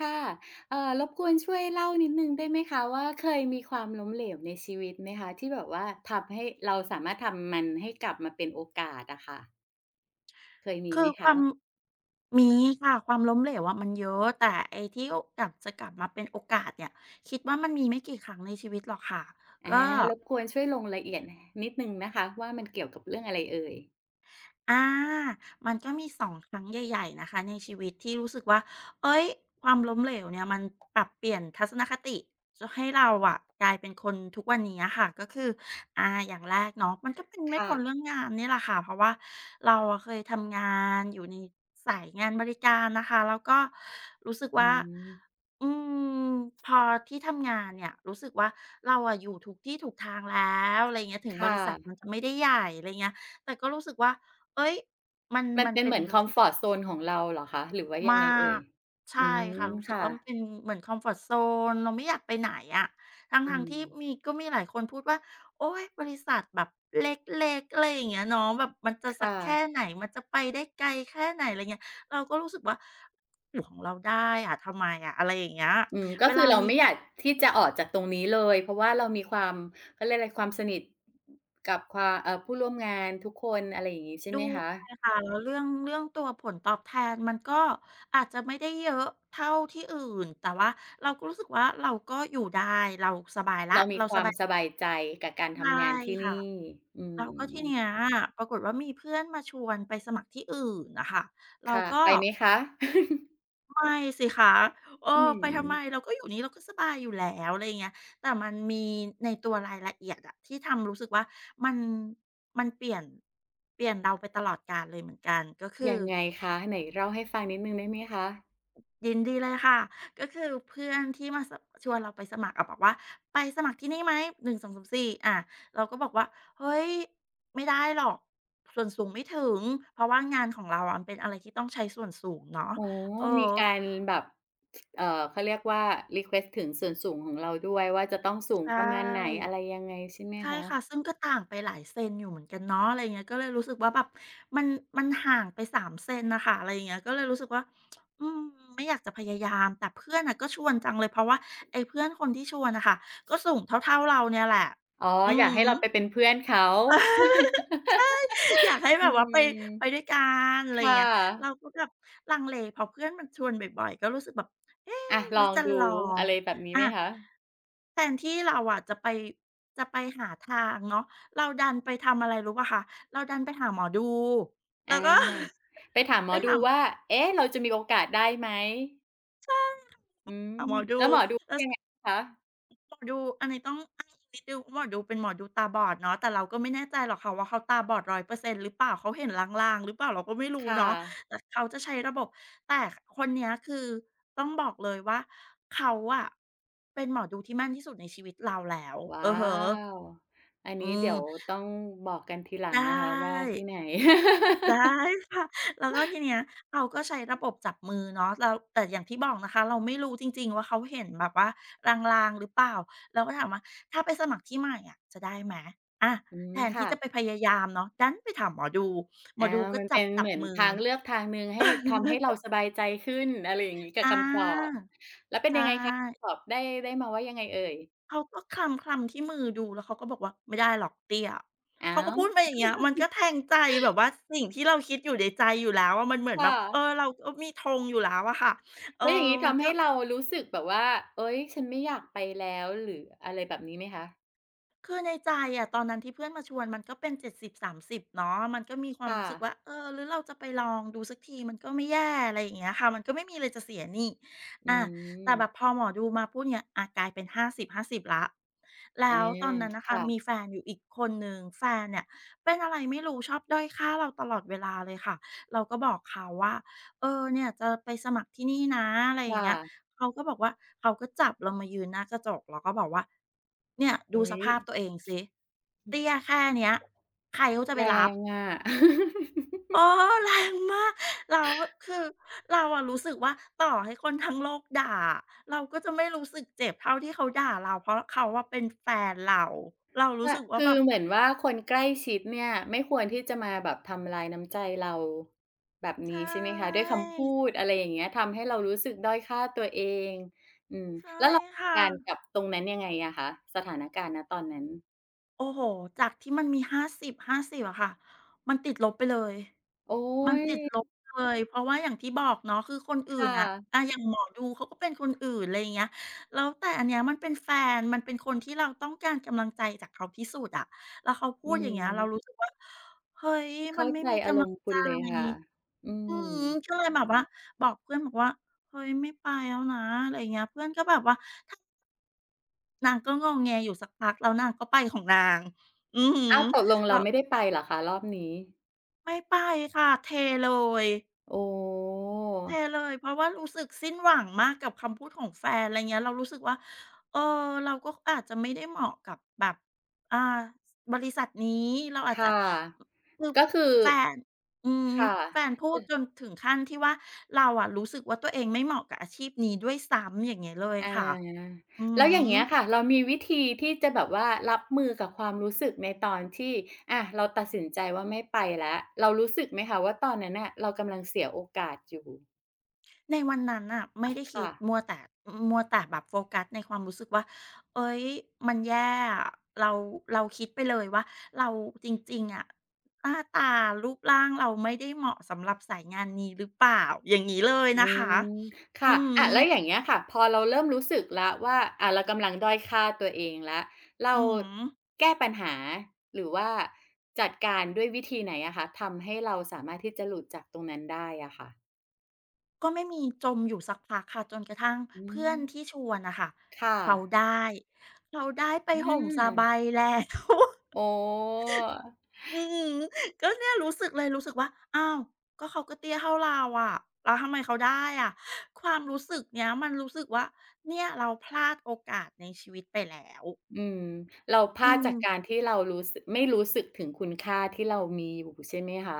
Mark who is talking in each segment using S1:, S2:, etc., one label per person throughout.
S1: ค่ะรบกวนช่วยเล่านิดหนึ่งได้ไหมคะว่าเคยมีความล้มเหลวในชีวิตไหมคะที่แบบว่าทำให้เราสามารถทำมันให้กลับมาเป็นโอกาสอะค่ะเคยมี
S2: คื
S1: ไหม
S2: อค
S1: คะ
S2: วามมีค่ะความล้มเหลวอะมันเยอะแต่ไอ้ที่โอกลับจะกลับมาเป็นโอกาสเนี่ยคิดว่ามันมีไม่กี่ครั้งในชีวิตหรอกค่ะ
S1: อา
S2: ก็
S1: รบกวนช่วยลงรายละเอียดนิดหนึ่งนะคะว่ามันเกี่ยวกับเรื่องอะไรเอ่ย
S2: อามันก็มี2ครั้งใหญ่ๆนะคะในชีวิตที่รู้สึกว่าเฮ้ย ความล้มเหลวเนี่ยมันปรับเปลี่ยนทัศนคติจนให้เราอะกลายเป็นคนทุกวันนี้อะค่ะก็คืออาอย่างแรกเนาะ มันก็เป็นไม่
S1: ค่ะ
S2: พ้นเรื่องงานเนี่ยแหละค่ะเพราะว่าเราอะเคยทำงานอยู่ในสายงานบริการนะคะแล้วก็รู้สึก
S1: อื
S2: ว่า
S1: ม
S2: อืมพอที่ทำงานเนี่ยรู้สึกว่าเราอะอยู่ถูกที่ถูกทางแล้วอะไรอย่างเงี้ยถึง
S1: ค
S2: บริษัทมัน
S1: ่ะ
S2: จะไม่ได้ใหญ่อะไรเงี้ยแต่ก็รู้สึกว่า เอ้ยมัน
S1: มัน
S2: มัน
S1: เป็น
S2: เป็
S1: เห
S2: น
S1: มือนค
S2: รู้
S1: อม
S2: สึก
S1: ฟอร์ตโซนของเราเหรอคะหรือว่ายั
S2: มา
S1: งไงเอ่ย
S2: กใช่
S1: อืม
S2: ค่ะรู้สึกว่ามันเป็น
S1: ค่ะ
S2: เหมือนคอมฟอร์ตโซนเราไม่อยากไปไหนอะทั
S1: อื
S2: ้งๆ
S1: ม
S2: ที่มีก็มีหลายคนพูดว่าโอ๊ยบริษัทแบบเล็กๆอะไรอย่างเงี้ยเนาะแบบมันจะ
S1: ค
S2: สักแค่
S1: ่ะ
S2: ไหนมันจะไปได้ไกลแค่ไหนอะไรเงี้ยเราก็รู้สึกว่าอยู่ของเราได้อะทำไมอะอะไรอย่างเงี้ย
S1: อืมก็
S2: เว
S1: คื
S2: ลา
S1: อเรา
S2: มี
S1: ไม่อยากที่จะออกจากตรงนี้เลยเพราะว่าเรามีความเขาเรียกอะไรความสนิทกับความผู้ร่วมงานทุกคนอะไรอย่างงี้ใช่
S2: ด้
S1: ไหม
S2: ว
S1: คะ
S2: ยค่ะแล้วเรื่องตัวผลตอบแทนมันก็อาจจะไม่ได้เยอะเท่าที่อื่นแต่ว่าเราก็รู้สึกว่าเราก็อยู่ได้เราสบายแล้ว
S1: เรามี
S2: เรา
S1: ค
S2: ส
S1: วาม
S2: บาย
S1: สบายใจกับการ
S2: ใช่
S1: ทำงานที่
S2: ค่ะ
S1: นี่อื
S2: แล้วก็ที
S1: ม
S2: เนี้ยปรากฏว่ามีเพื่อนมาชวนไปสมัครที่อื่นน่ะค่ะเรา
S1: ค่ะ
S2: ก็
S1: ไปไหมคะ
S2: ไม่สิคะเออ
S1: อื
S2: ไป
S1: ม
S2: ทำไมเราก็อยู่นี้เราก็สบายอยู่แล้วอะไรอย่างเงี้ยแต่มันมีในตัวรายละเอียดอะที่ทำรู้สึกว่ามันมันเปลี่ยนเราไปตลอดกาลเลยเหมือนกันก็คือ
S1: ยังไงคะไหนเล่าให้ฟังนิดหนึ่งได้ไหมคะ
S2: ยินดีเลยค่ะ ก็คือเพื่อนที่มาสะชวนเราไปสมัครอะบอกว่าไปสมัครที่นี่ไหม1 2 3 4" องสามสี่อ่าเราก็บอกว่าเฮ้ยไม่ได้หรอกส่วนสูงไม่ถึงเพราะว่างานของเราอะมันเป็นอะไรที่ต้องใช้ส่วนสูงเนาะ
S1: อ๋อ
S2: เอ
S1: มี
S2: อ
S1: การแบบเอ่อเขาเรียกว่ารีเควสต์ถึงส่วนสูงของเราด้วยว่าจะต้องสูง
S2: ใช
S1: ประมาณไหน
S2: ่
S1: อะไรยังไงใช่ไหม
S2: ใช่ค่ะ
S1: คะ
S2: ซึ่งก็ต่างไปหลายเซนอยู่เหมือนกันเนาะอะไรอย่างเงี้ยก็เลยรู้สึกว่าแบบมันมันห่างไป3เซนน่ะค่ะอะไรเงี้ยก็เลยรู้สึกว่าอืมไม่อยากจะพยายามแต่เพื่อนน่ะก็ชวนจังเลยเพราะว่าไอ้เพื่อนคนที่ชวนน่ะค่ะก็สูงเท่าๆเราเนี่ยแหละ
S1: อ๋อ
S2: อื
S1: อยา
S2: อ
S1: กให้เราไป
S2: ฮ
S1: เป็นเพื่อนเขา
S2: ึ อยากให้แบ
S1: อื
S2: บว่าไป
S1: ม
S2: ไปด้วยกันอะไรอย่า
S1: ค่ะ
S2: งเงี้ยเราก็แบบลังเลพอเพื่อนมันชวนบ่อยๆก็รู้สึกแบบเอ๊ะ
S1: อะ
S2: ห
S1: ล
S2: รือ
S1: อง
S2: จะล
S1: ดู
S2: อง
S1: อะไรแบบนี้
S2: อา
S1: ไหมคะ
S2: แทนที่เราอะจะไปหาทางเนาะเราดันไปทำอะไรรู้เปล่าคะเราดันไปหาหมอดูแล้
S1: อา
S2: วก็
S1: ไปถามหม
S2: ไป
S1: อดู
S2: หา
S1: ว่า เอ๊ะเราจะมีโอกาสได้ไหมอืม
S2: หาหมอดู
S1: แล้วหมอดูว่า
S2: แล้ว
S1: ยังไงคะ
S2: หมอดูอันนี้ต้องอ้างอิงนิดหนึงว่าหมอดูเป็นหมอดูตาบอดเนาะแต่เราก็ไม่แน่ใจหรอกค่ะว่าเขาตาบอด100%หรือเปล่าเขาเห็นลางๆหรือเปล่าเราก็ไม่รู้
S1: ค่
S2: เนาะ
S1: ะ
S2: แต่เขาจะใช้ระบบแต่คนเนี้ยคือต้องบอกเลยว่าเขาอะเป็นหมอดูที่แม่นที่สุดในชีวิตเราแล้ว
S1: ว้
S2: เอือ
S1: า
S2: ฮึ
S1: วอัน
S2: อื
S1: นี้เดี๋
S2: ม
S1: ยวต้องบอกกันทีหลัง
S2: ได้
S1: นะคะว่าที่ไหน
S2: ได้ค่ะแล้วก็ทีเนี้ยเขาก็ใช้ระบบจับมือเนาะแล้วแต่อย่างที่บอกนะคะเราไม่รู้จริงๆว่าเขาเห็นแบบว่าลางๆหรือเปล่าเราก็ถามว่าถ้าไปสมัครที่ใหม่อะจะได้ไหมอา
S1: อืม
S2: แทนที่
S1: ค่ะ
S2: จะไปพยายามเนาะดันไปถามหมอดูหมอ
S1: อา
S2: ดูก็
S1: มัน
S2: จับ
S1: เป็น
S2: จั
S1: เห
S2: บ
S1: มือน
S2: มือ
S1: ทางเลือกทางหนึ่งให้ทำให้เรา สบายใจขึ้นอะไรอย่างงี้กับ
S2: อ
S1: คำตอบ
S2: า
S1: แล้วเป็น
S2: ใช่
S1: ยังไงคะตอบได้ได้มาว่ายังไงเอ่ย
S2: เขาก็คลำคลำที่มือดูแล้วเขาก็บอกว่าไม่ได้หรอกเตี้ย
S1: อ้า
S2: เขาก็
S1: ว
S2: พูดมาอย่างเงี้ยมันก็แทงใจแบบว่าสิ่งที่เราคิดอยู่ในใจอยู่แล้วอะมันเหมือนแบบ
S1: ค่ะ
S2: เออเราก็มีธงอยู่แล้วอะค่ะเออ
S1: แล้วอย่างนี้
S2: มัน
S1: ทำ
S2: ก็
S1: ให้เรารู้สึกแบบว่า เอ๊ยฉันไม่อยากไปแล้วหรืออะไรแบบนี้ไหมคะ
S2: คือในใจอะตอนนั้นที่เพื่อนมาชวนมันก็เป็น70-30เนาะมันก็มีความ
S1: ค่ะ
S2: รู้สึกว่าเออหรือเราจะไปลองดูสักทีมันก็ไม่แย่อะไรอย่างเงี้ยค่ะมันก็ไม่มีอะไรจะเสียนี่
S1: อื
S2: อาแต่
S1: ม
S2: แบบพอหมอดูมาพูดเงี่ยอากลายเป็น50-50แล้วแล้
S1: อา
S2: วตอนนั้นน่ะค่ะ
S1: ค่ะ
S2: มีแฟนอยู่อีกคนหนึ่งแฟนเนี่ยเป็นอะไรไม่รู้ชอบด้อยค่าเราตลอดเวลาเลยค่ะเราก็บอกเขาว่าเออเนี่ยจะไปสมัครที่นี่นะอะไรอย่าง
S1: ค่ะ
S2: เงี้ย เขาก็บอกว่าเขาก็จับเรามายืนหน้ากระจกแล้วก็บอกว่าเนี่ยดู
S1: อุ๊
S2: ส
S1: ย
S2: ภาพตัวเองสิเตี้ยแค่เนี้ยใครเขาจะไป
S1: แร
S2: รับ
S1: งอะ
S2: เอ อแรงมากแล้วคือเราอะรู้สึกว่าต่อให้คนทั้งโลกด่าอะเราก็จะไม่รู้สึกเจ็บเท่าที่เขาด่าเราเพราะเขาอะเป็นแฟนเราเรารู้
S1: ค่ะ
S2: สึกว่า
S1: คื
S2: แบ
S1: อ
S2: บ
S1: เหมือนว่าคนใกล้ชิดเนี่ยไม่ควรที่จะมาแบบทำลายน้ำใจเราแบบ
S2: ใช
S1: นี้ใช่ไหมคะด้วย
S2: ่
S1: คำพูดอะไรอย่างเงี้ยทำให้เรารู้สึกด้อยค่าตัวเองอืม
S2: ใช่
S1: แล้วเราจัด
S2: ค่ะ
S1: การกับตรงนั้นยังไงอะคะสถานการณ์ณตอนนั้น
S2: โอ้โฮจากที่มันมีห้าสิบห้าสิบอะค่ะมันติดลบไปเลย
S1: โอ๊
S2: มัน
S1: ย
S2: ติดลบเลยเพราะว่าอย่างที่บอกเนาะคือคนอื่
S1: ค่
S2: นน่ะอา
S1: ะ
S2: อย่างหมอดูเขาก็เป็นคนอื่นไรเงี้ยแล้วแต่อันเนี้ยมันเป็นแฟนมันเป็นคนที่เราต้องการกำลังใจจากเขาที่สุดอะแล้วเขาพู
S1: อื
S2: ดอย่างเงี้ยเรารู้
S1: ม
S2: สึกว่าเฮ้ยมั
S1: เข้า
S2: นไม่
S1: ใจ
S2: มี
S1: อา
S2: กำ
S1: ร
S2: ลั
S1: ม
S2: ง
S1: ณ์คุ
S2: ใจ
S1: ณเลยค่ะ อื
S2: อือ
S1: ม
S2: ฮึก็เลยแบบว่าบอกเพื่อนบอกว่าเฮ้ยไม่ไปแล้วนะอะไรเงี้ยเพื่อนก็แบบว่า นางก็งอแงอยู่สักพักแล้วนางก็ไปของนางอือฮึ
S1: อ้าวตกลง
S2: เรา
S1: เราไม่ได้ไปเหรอคะรอบนี้
S2: ไม่ไปค่ะเทเลย
S1: โอ้
S2: เทเลยเพราะว่ารู้สึกสิ้นหวังมากกับคำพูดของแฟนอะไรเงี้ยเรารู้สึกว่าเออเราก็อาจจะไม่ได้เหมาะกับแบบอ่าบริษัทนี้เราอาจจะ
S1: ค่ะ
S2: คือ
S1: ก็คือ
S2: แฟนอืม
S1: ค่ะ
S2: แฟนพูดจนถึงขั้นที่ว่าเราอะรู้สึกว่าตัวเองไม่เหมาะกับอาชีพนี้ด้วยซ้ำอย่างเงี้ยเลย
S1: อ
S2: ค่ะ
S1: า
S2: อือ
S1: แล้ว
S2: ฮ
S1: อย่างเงี้ยค่ะ
S2: ึ
S1: เรามีวิธีที่จะแบบว่ารับมือกับความรู้สึกในตอนที่อะเราตัดสินใจว่าไม่ไปแล้ว เรารู้สึกไหมคะว่าตอนนั้นน่ะเรากำลังเสียโอกาสอยู่
S2: ในวันนั้นน่ะไม่ได้คิด
S1: ค่ะ
S2: มัวแต่แบบโฟกัสในความรู้สึกว่าเฮ้ยมันแย่อะเราเราคิดไปเลยว่าเราจริงๆอะหน้าตารูปร่างเราไม่ได้เหมาะสำหรับสายงานนี้หรือเปล่าอย่างงี้เลยนะ
S1: อื
S2: คะ
S1: มค่ะ
S2: อือฮ
S1: อะแล้วอย่าง
S2: ึ
S1: เงี้ยค่ะพอเราเริ่มรู้สึกแล้วว่าอะเรากำลังด้อยค่าตัวเองแล้วเรา
S2: อือฮึ
S1: แก้ปัญหา หรือว่าจัดการด้วยวิธีไหนอะคะทำให้เราสามารถที่จะหลุดจากตรงนั้นได้อะค่ะ
S2: ก็ไม่มีจมอยู่สักพักค่ะจนกระทั่ง
S1: อื
S2: เพื่อ
S1: ม
S2: นที่ชวนน่ะค่ะ
S1: ค่ะ
S2: เขาได้เขาได้ไป
S1: อ
S2: ห่มสาบา
S1: า
S2: ยแล้ว
S1: อ๋อ
S2: อืมก็เนี่ยรู้สึกเลยรู้สึกว่าอ้าวก็เขาก็เตี้ยเท่าเราอะแล้วทำไมเขาได้อะความรู้สึกเนี้ยมันรู้สึกว่าเนี่ยเราพลาดโอกาสในชีวิตไปแล้ว
S1: อืมเราพ
S2: อื
S1: ลาด
S2: ม
S1: จากการที่เรารู้สึกไม่รู้สึกถึงคุณค่าที่เรามีอยู่ใช่ไหมคะ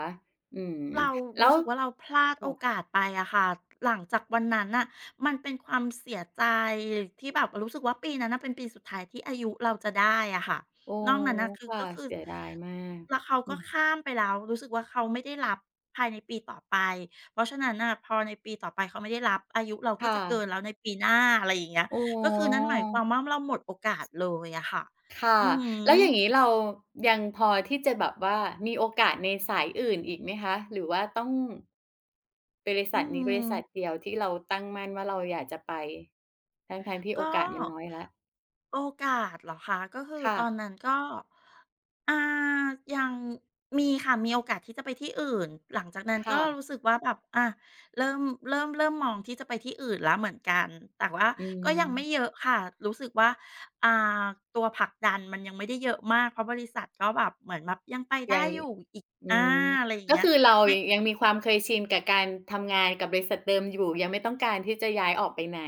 S1: อืม
S2: เรา
S1: แล้
S2: รู้
S1: ว
S2: สึกว่าเราพลาดโอกา
S1: ค่ะ
S2: สไปอะค่ะหลังจากวันนั้นน่ะมันเป็นความเสียใจที่แบบรู้สึกว่าปีนั้นน่ะเป็นปีสุดท้ายที่อายุเราจะได้อะค่ะ
S1: โอ้
S2: นอกนั้นน่ะคือ
S1: ค่ะ
S2: ก็คือ
S1: เสียดายมาก
S2: แล้วเขา
S1: อื
S2: ก็
S1: ม
S2: ข้ามไปแล้วรู้สึกว่าเขาไม่ได้รับภายในปีต่อไปเพราะฉะนั้นน่ะพอในปีต่อไปเขาไม่ได้รับอายุเราก็
S1: ค่ะ
S2: จะเกินแล้วในปีหน้าอะไรอย่างเงี้ย
S1: อ๋
S2: ก็คือนั่น
S1: อ
S2: หมายความว่าเราหมดโอกาสเลยอะค่ะ
S1: ค่ะ
S2: อือฮึ
S1: แล้วอย่างงี้เรายังพอที่จะแบบว่ามีโอกาสในสายอื่นอีกไหมคะ หรือว่าต้องบริษั
S2: อื
S1: ทนี้บ
S2: ม
S1: ริษัทเดียวที่เราตั้งมั่นว่าเราอยากจะไปทั้งๆที่โอ
S2: ก็
S1: กาสมันน้อยแล้ว
S2: โอกาสเหรอคะก็คือ
S1: ค่ะ
S2: ตอนนั้นก็อ่ายังมีค่ะมีโอกาสที่จะไปที่อื่นหลังจากนั้นก็
S1: ค่ะ
S2: รู้สึกว่าแบบอาเริ่มเริ่มมองที่จะไปที่อื่นแล้วเหมือนกันแต่ว่า
S1: อื
S2: ก็ยังไม่เย
S1: ม
S2: อะค่ะรู้สึกว่าอ่าตัวผลักดันมันยังไม่ได้เยอะมากเพราะบริษัทก็แบบเหมือนแบบยังไป
S1: ยั
S2: ได้
S1: ง
S2: อยู่อีก
S1: อื
S2: อา
S1: ม
S2: อะไรอย่าง
S1: ก็
S2: เงี้ย
S1: คือเรายังยังมีความเคยชินกับการทำงานกับบริษัทเดิมอยู่ยังไม่ต้องการที่จะย้ายออกไปไหน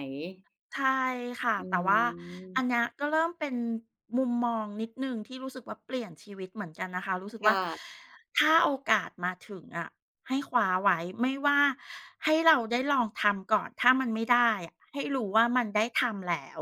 S2: ใช่ค่ะ
S1: อื
S2: แต่ว่า
S1: ม
S2: อันเนี้ยก็เริ่มเป็นมุมมองนิดหนึ่งที่รู้สึกว่าเปลี่ยนชีวิตเหมือนกันนะคะรู้สึก
S1: ค
S2: ว่า
S1: ่ะ
S2: ถ้าโอกาสมาถึงอะให้คว้าไว้ไม่ว่าให้เราได้ลองทำก่อนถ้ามันไม่ได้อะให้รู้ว่ามันได้ทำแล้ว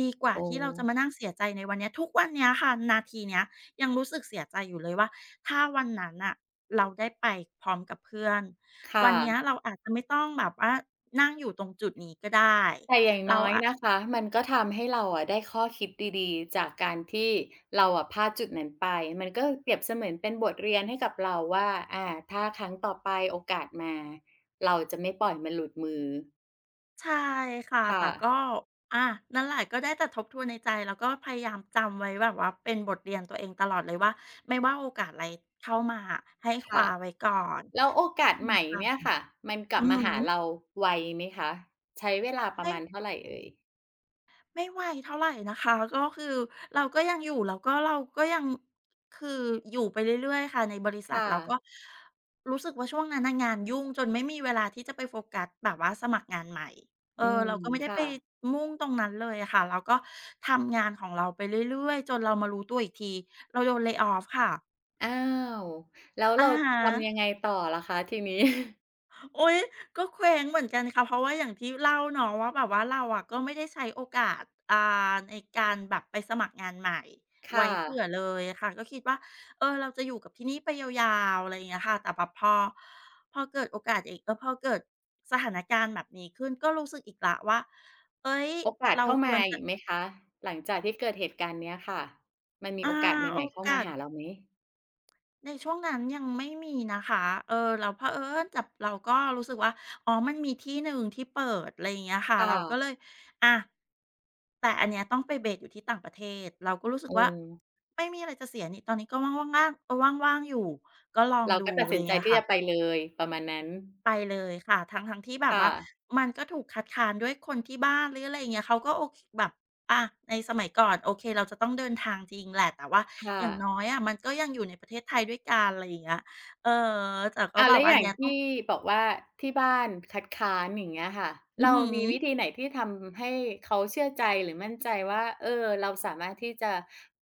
S2: ดีกว่า
S1: โอ้
S2: ที่เราจะมานั่งเสียใจในวันเนี้ยทุกวันเนี้ยค่ะนาทีเนี้ยยังรู้สึกเสียใจอยู่เลยว่าถ้าวันนั้นน่ะเราได้ไปพร้อมกับเพื่อน
S1: ค
S2: วันเนี้ย
S1: ่ะ
S2: เราอาจจะไม่ต้องแบบว่านั่งอยู่ตรงจุดนี้ก็ได้
S1: แต่อย่าง
S2: เรา
S1: น้อย
S2: อะ
S1: นะคะมันก็ทำให้เราอะได้ข้อคิดดีๆจากการที่เราอะพลาดจุดนั้นไปมันก็เปรียบเสมือนเป็นบทเรียนให้กับเราว่าอาถ้าครั้งต่อไปโอกาสมาเราจะไม่ปล่อยมันหลุดมือ
S2: ใช่ค่ะแต่
S1: ค่ะ
S2: ก็อานั่นแหละก็ได้แต่ทบทวนในใจแล้วก็พยายามจำไว้แบบว่าเป็นบทเรียนตัวเองตลอดเลยว่าไม่ว่าโอกาสอะไรเข้ามาอะให้ค
S1: ค่ะ
S2: ว้าไว้ก่อน
S1: แล้วโอกาส
S2: อื
S1: ให
S2: ม
S1: ม่
S2: ค่ะ
S1: เนี่ยค่ะมันก
S2: อื
S1: ลับ
S2: อฮ
S1: มาหาเรา
S2: ึ
S1: ไวไหมคะใช้เวลาประ
S2: ให้
S1: มาณเท่าไรเอ่ย
S2: ไม่ไวเท่าไรนะคะก็คือเราก็ยังอยู่แล้วก็เราก็ยังคืออยู่ไปเรื่อยๆค่ะในบริษัท
S1: ค่ะ
S2: แล้วก็รู้สึกว่าช่วงนั้นน่ะงานยุ่งจนไม่มีเวลาที่จะไปโฟกัสแบบว่าสมัครงานใหม่เอ
S1: อื
S2: อ
S1: ม
S2: เราก็ไม่
S1: ค
S2: ได้ไป
S1: ่ะ
S2: มุ่งตรงนั้นเลยอะค่ะเราก็ทำงานของเราไปเรื่อยๆจนเรามารู้ตัวอีกทีเราโดน lay off ค่ะ
S1: อ้าวแล้ว
S2: อะ
S1: เรา
S2: ฮะ
S1: ทำยังไงต่อล่ะคะทีนี้
S2: โอ๊ยก็เคว้งเหมือนกันค่ะเพราะว่าอย่างที่เล่าเนาะว่าแบบว่าเราอะก็ไม่ได้ใช้โอกาสอ่าในการแบบไปสมัครงานใหม่ ไว้
S1: ค่ะ
S2: เผื่อเลยค่ะก็คิดว่าเออเราจะอยู่กับที่นี่ไปยาวๆอะไรอย่างเงี้ยค่ะแต่แบบพอเกิดโอกาสอีกเออพอเกิดสถานการณ์แบบนี้ขึ้นก็รู้สึกอีกแล้วว่าเฮ้ย
S1: โอกาส
S2: เรา
S1: เข้า
S2: คว
S1: มา
S2: รจะ
S1: อีกไหมคะหลังจากที่เกิดเหตุการณ์เนี้ยค่ะมันมีโอ
S2: อา
S1: กาสให
S2: โอ
S1: ม่ๆเข้ามา
S2: กาส
S1: หาเราไหม
S2: ในช่วงนั้นยังไม่มีนะคะแล้วเผอิญแต่เราก็รู้สึกว่าอ๋อมันมีที่หนึ่งที่เปิดอะไรอย่างเงี้ยค่ะ
S1: ค่ะ
S2: เราก็เลยอะแต่อันเนี้ยต้องไปเบสอยู่ที่ต่างประเทศเราก็รู้สึก
S1: อื
S2: ว่า
S1: ม
S2: ไม่มีอะไรจะเสียนี่ตอนนี้ก็ว่างๆๆว่างๆอยู่ก็ลอง
S1: เรา
S2: ดู
S1: ก็ตัด
S2: อะไร
S1: สิ
S2: อ
S1: น
S2: ย่าง
S1: ใจ
S2: เงี้ย
S1: ที่
S2: ค่ะ
S1: จะไปเลยประมาณนั้น
S2: ไปเลยค่ะทั้งๆที่แบบ
S1: ค่ะ
S2: ว่ามันก็ถูกคัดค้านด้วยคนที่บ้านหรืออะไรอย่างเงี้ยเขาก็โอเคแบบอาในสมัยก่อนโอเคเราจะต้องเดินทางจริงแหละแต่ว่า
S1: ค่ะ
S2: อย่างน้อยอะมันก็ยังอยู่ในประเทศไทยด้วยกันอะไรอย่างเงี้ยเออแต่ก็
S1: อ้าว
S2: แบบ
S1: แล้ว
S2: ว่า
S1: อ
S2: อัน
S1: ย่าง
S2: เนี้ยต้อง
S1: ที่บอกว่าที่บ้านคัดค้านอย่างเงี้ยค่ะ
S2: อือ
S1: เรา
S2: ฮึ
S1: มีวิธีไหนที่ทำให้เขาเชื่อใจหรือมั่นใจว่าเออเราสามารถที่จะ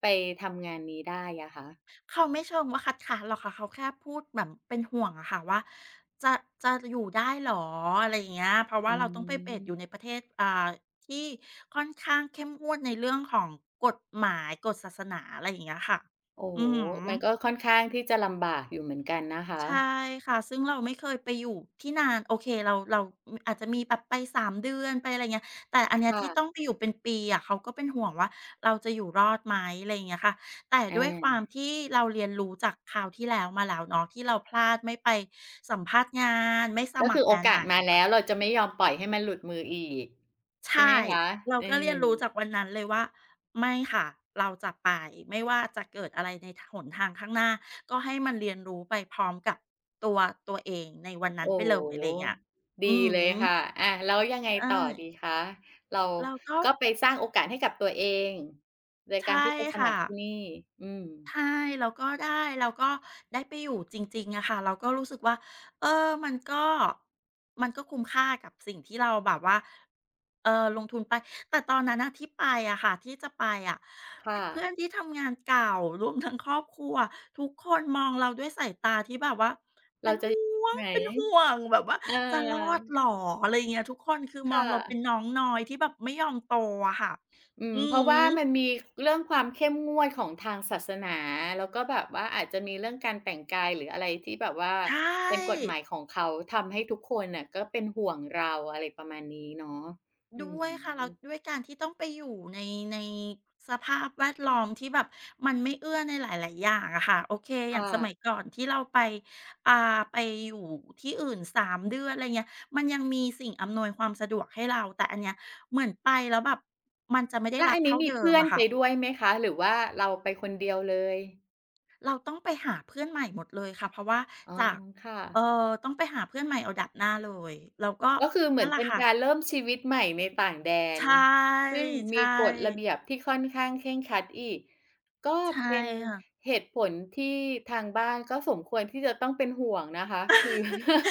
S1: ไปทำงานนี้ได้อะคะ
S2: เขาไม่เชิงว่าคัดค้านหรอกค่ะเขาแค่พูดแบบเป็นห่วงอะค่ะว่าจะจะอยู่ได้เหรออะไรอย่างเงี้ยเพราะว่า
S1: อื
S2: เราต้องไปเบสอยู่ใน
S1: ม
S2: ประเทศที่ค่อนข้างเข้มงวดในเรื่องของกฎหมายกฎศาสนาอะไรอย่างเงี้ยค่ะ
S1: โอ้
S2: อื
S1: โฮ
S2: อฮึ
S1: มันก็ค่อนข้างที่จะลำบากอยู่เหมือนกันนะคะ
S2: ใช่ค่ะซึ่งเราไม่เคยไปอยู่ที่นานโอเคเราออาจจะมีแบบไปสามเดือนไปอะไรเงี้ยแต่อัน
S1: ค
S2: เนี้ยที่ต้อง
S1: ่ะ
S2: ไปอยู่เป็นปีอะเขาก็เป็นห่วงว่าเราจะอยู่รอดไหมอะไรอย่างเงี้ยค่ะแต่
S1: อา
S2: ด้วยความที่เราเรียนรู้จากคราวที่แล้วมาแล้วเนาะที่เราพลาดไม่ไปสัมภาษณ์งานไม่ส
S1: ก็
S2: มัค
S1: คือ
S2: ร
S1: โอ
S2: งานให
S1: กาส
S2: ม่
S1: มาแล้
S2: ะ
S1: วเราจะไม่ยอมปล่อยให้มันหลุดมืออีกใช่ไหม
S2: ใช่
S1: คะ
S2: เรา
S1: เออ
S2: ก็เรียนรู้จากวันนั้นเลยว่าไม่ค่ะเราจะไปไม่ว่าจะเกิดอะไรในทหนทางข้างหน้าก็ให้มันเรียนรู้ไปพร้อมกับตัวตัวเองในวันนั้น
S1: โอ้
S2: ไป
S1: โ
S2: เลยอะ
S1: ฮ
S2: ไรอย่างเงี้ยอื
S1: ดี
S2: อ
S1: เล
S2: ฮึ
S1: ยค่ะอาแล้วยังไง
S2: ใช่
S1: ต่อดีคะเรา
S2: เราก็
S1: ก็ไปสร้างโอกาสให้กับตัวเองโดยการ
S2: ใช่
S1: ที่ไปสมั
S2: ค่ะ
S1: ครที่นี่อืม
S2: ใช่เราก็ได้เราก็ได้ไปอยู่จริงๆอะค่ะเราก็รู้สึกว่าเออมันก็มันก็คุ้มค่ากับสิ่งที่เราแบบว่าลงทุนไปแต่ตอนนั้นน่ะที่ไปอะค่ะที่จะไปอะพ
S1: ค่ะ
S2: เพื่อนที่ทำงานเก่ารวมทั้งครอบครัวทุกคนมองเราด้วยสายตาที่แบบว่าเป็
S1: เรา
S2: น
S1: จะอยู่
S2: ห่วง
S1: ไหน
S2: เป็นห่วงแบบว่า
S1: เ
S2: จะรอด
S1: ออ
S2: เหรออะไรอย่างเงี้ยทุกคนคือ
S1: ค
S2: มองเราเป็น
S1: ่ะ
S2: น้องน้อยที่แบบไม่ยอมโตอะค่ะ
S1: อื
S2: อื
S1: มเพ
S2: อ
S1: ราะว่ามัน
S2: ฮึ
S1: มีเรื่องความเข้มงวดของทางศาสนาแล้วก็แบบว่าอาจจะมีเรื่องการแต่งกายหรืออะไรที่แบบว่า
S2: ใช่
S1: เป็นกฎหมายของเขาทำให้ทุกคนน่ะก็เป็นห่วงเราอะไรประมาณนี้เนาะ
S2: ด้
S1: อื
S2: วยค่ะแล้ว
S1: ม
S2: ด้วยการที่ต้องไปอยู่ในสภาพแวดล้อมที่แบบมันไม่เอื้อในหลายๆอย่างอะค่ะโอเคอย่าง
S1: ค่ะ
S2: สมัยก่อนที่เราไปอ่าไปอยู่ที่อื่นสามเดือนอะไรเงี้ยมันยังมีสิ่งอำนวยความสะดวกให้เราแต่อันเนี้ยเหมือนไปแล้วแบบมันจะไม่ได้
S1: แล้ว
S2: รับ
S1: อันนี้
S2: เท่า
S1: มี
S2: เดิม
S1: เพื่อน
S2: อะ
S1: ไป
S2: ค่ะ
S1: ด้วยไหมคะหรือว่าเราไปคนเดียวเลย
S2: เราต้องไปหาเพื่อนใหม่หมดเลยค่ะเพราะว่า
S1: อ๋อ
S2: จาก
S1: ค่ะ
S2: ต้องไปหาเพื่อนใหม่เอาดาบหน้าเลยแล้วก็
S1: ก็คือเหมื
S2: นั่
S1: อ
S2: น
S1: น
S2: แหละ
S1: เป็น
S2: ค่ะ
S1: การเริ่มชีวิตใหม่ในต่างแดน
S2: ใช่
S1: ซึ่ง
S2: ใช
S1: มีกฎระ
S2: ่
S1: เบียบที่ค่อนข้างเคร่งครัดอีกก็
S2: ใช่
S1: เป็น
S2: ค่ะ
S1: เหตุผลที่ทางบ้านก็สมควรที่จะต้องเป็นห่วงนะคะคือ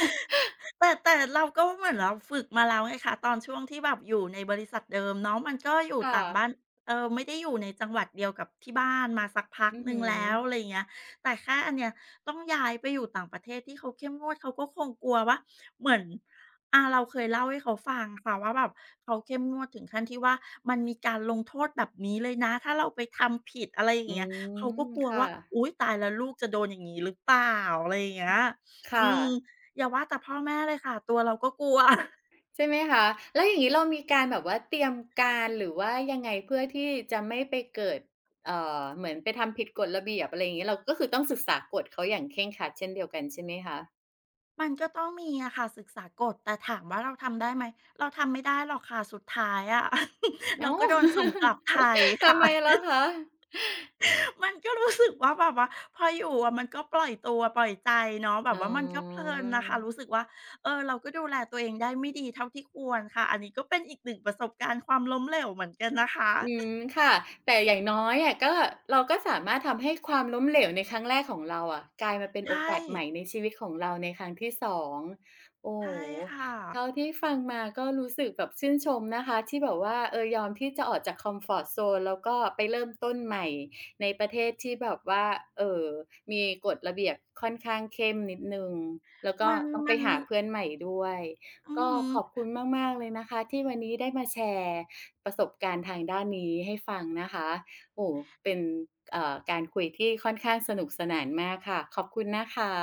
S2: แต่เราก็เหมือนเราฝึกมาแล้วไงคะตอนช่วงที่แบบอยู่ในบริษัทเดิมเนาะมันก็อยู่
S1: ค
S2: ต่างบ้าน
S1: ่ะ
S2: ไม่ได้อยู่ในจังหวัดเดียวกับที่บ้านมาสักพัก
S1: อือ
S2: หนึ่ง
S1: หือ
S2: แล้วอะไรอย่างเงี้ยแต่แค่อันเนี้ยต้องย้ายไปอยู่ต่างประเทศที่เขาเข้มงวดเขาก็คงกลัวว่าเหมือนเราเคยเล่าให้เขาฟังค่ะว่าแบบเขาเข้มงวดถึงขั้นที่ว่ามันมีการลงโทษแบบนี้เลยนะถ้าเราไปทำผิดอะไรอย่า
S1: อื
S2: งเงี้ยเขาก็
S1: ม
S2: กลัว
S1: ค่ะ
S2: ว่าอุ๊ยตายแล้วลูกจะโดนอย่างงี้หรือเปล่าอะไรอย่างเงี้ยอื
S1: ค่ะ
S2: ม อย่าว่าแต่พ่อแม่เลยค่ะตัวเราก็กลัว
S1: ใช่ไหมคะแล้วอย่างนี้เรามีการแบบว่าเตรียมการหรือว่ายังไงเพื่อที่จะไม่ไปเกิดเหมือนไปทำผิดกฎระเบียบอะไรอย่างนี้เราก็คือต้องศึกษากฎเขาอย่างเคร่งครัดเช่นเดียวกันใช่ไหมคะ
S2: มันก็ต้องมีอะค่ะศึกษากฎแต่ถามว่าเราทำได้ไหมเราทำไม่ได้หรอกค่ะสุดท้ายอะ เรา
S1: อ้า
S2: ก็
S1: ว
S2: โดนส่งกลับไทย
S1: ทำ
S2: ค่ะ
S1: ไมล่ะคะ
S2: มันก็รู้สึกว่าแบบว่าพออยู่อะมันก็ปล่อยตัวปล่อยใจเนาะแบบ
S1: อ๋อ
S2: ว่ามันก็เพลินนะคะรู้สึกว่าเราก็ดูแลตัวเองได้ไม่ดีเท่าที่ควรค่ะอันนี้ก็เป็นอีกหนึ่งประสบการณ์ความล้มเหลวเหมือนกันนะคะ
S1: อืมค่ะแต่อย่างน้อยอะก็เราก็สามารถทำให้ความล้มเหลวในครั้งแรกของเราอะกลายมาเป็นโอ
S2: ใช่
S1: กาสใหม่ในชีวิตของเราในครั้งที่2โอ้โฮ
S2: ใช่ค่ะ
S1: เท่าที่ฟังมาก็รู้สึกแบบชื่นชมนะคะที่แบบว่าเออยอมที่จะออกจากคอมฟอร์ตโซนแล้วก็ไปเริ่มต้นใหม่ในประเทศที่แบบว่าเอ่อมีกฎระเบียบค่อนข้างเข้มนิดหนึ่งแล้วก็
S2: มัน
S1: ต้องไป
S2: มัน
S1: หาเพื่อนใหม่ด้วย
S2: อื
S1: ก็
S2: ม
S1: ขอบคุณมากๆเลยนะคะที่วันนี้ได้มาแชร์ ประสบการณ์ทางด้านนี้ให้ฟังนะคะโอ้โฮเป็นการคุยที่ค่อนข้างสนุกสนานมากค่ะ ขอบคุณนะคะ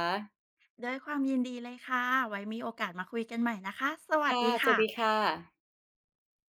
S2: ด้วยความยินดีเลยค่ะ ไว้มีโอกาสมาคุยกันใหม่นะคะ สวัส
S1: ค่ะ
S2: ดี
S1: สวั
S2: ค่ะ
S1: สดีค่ะ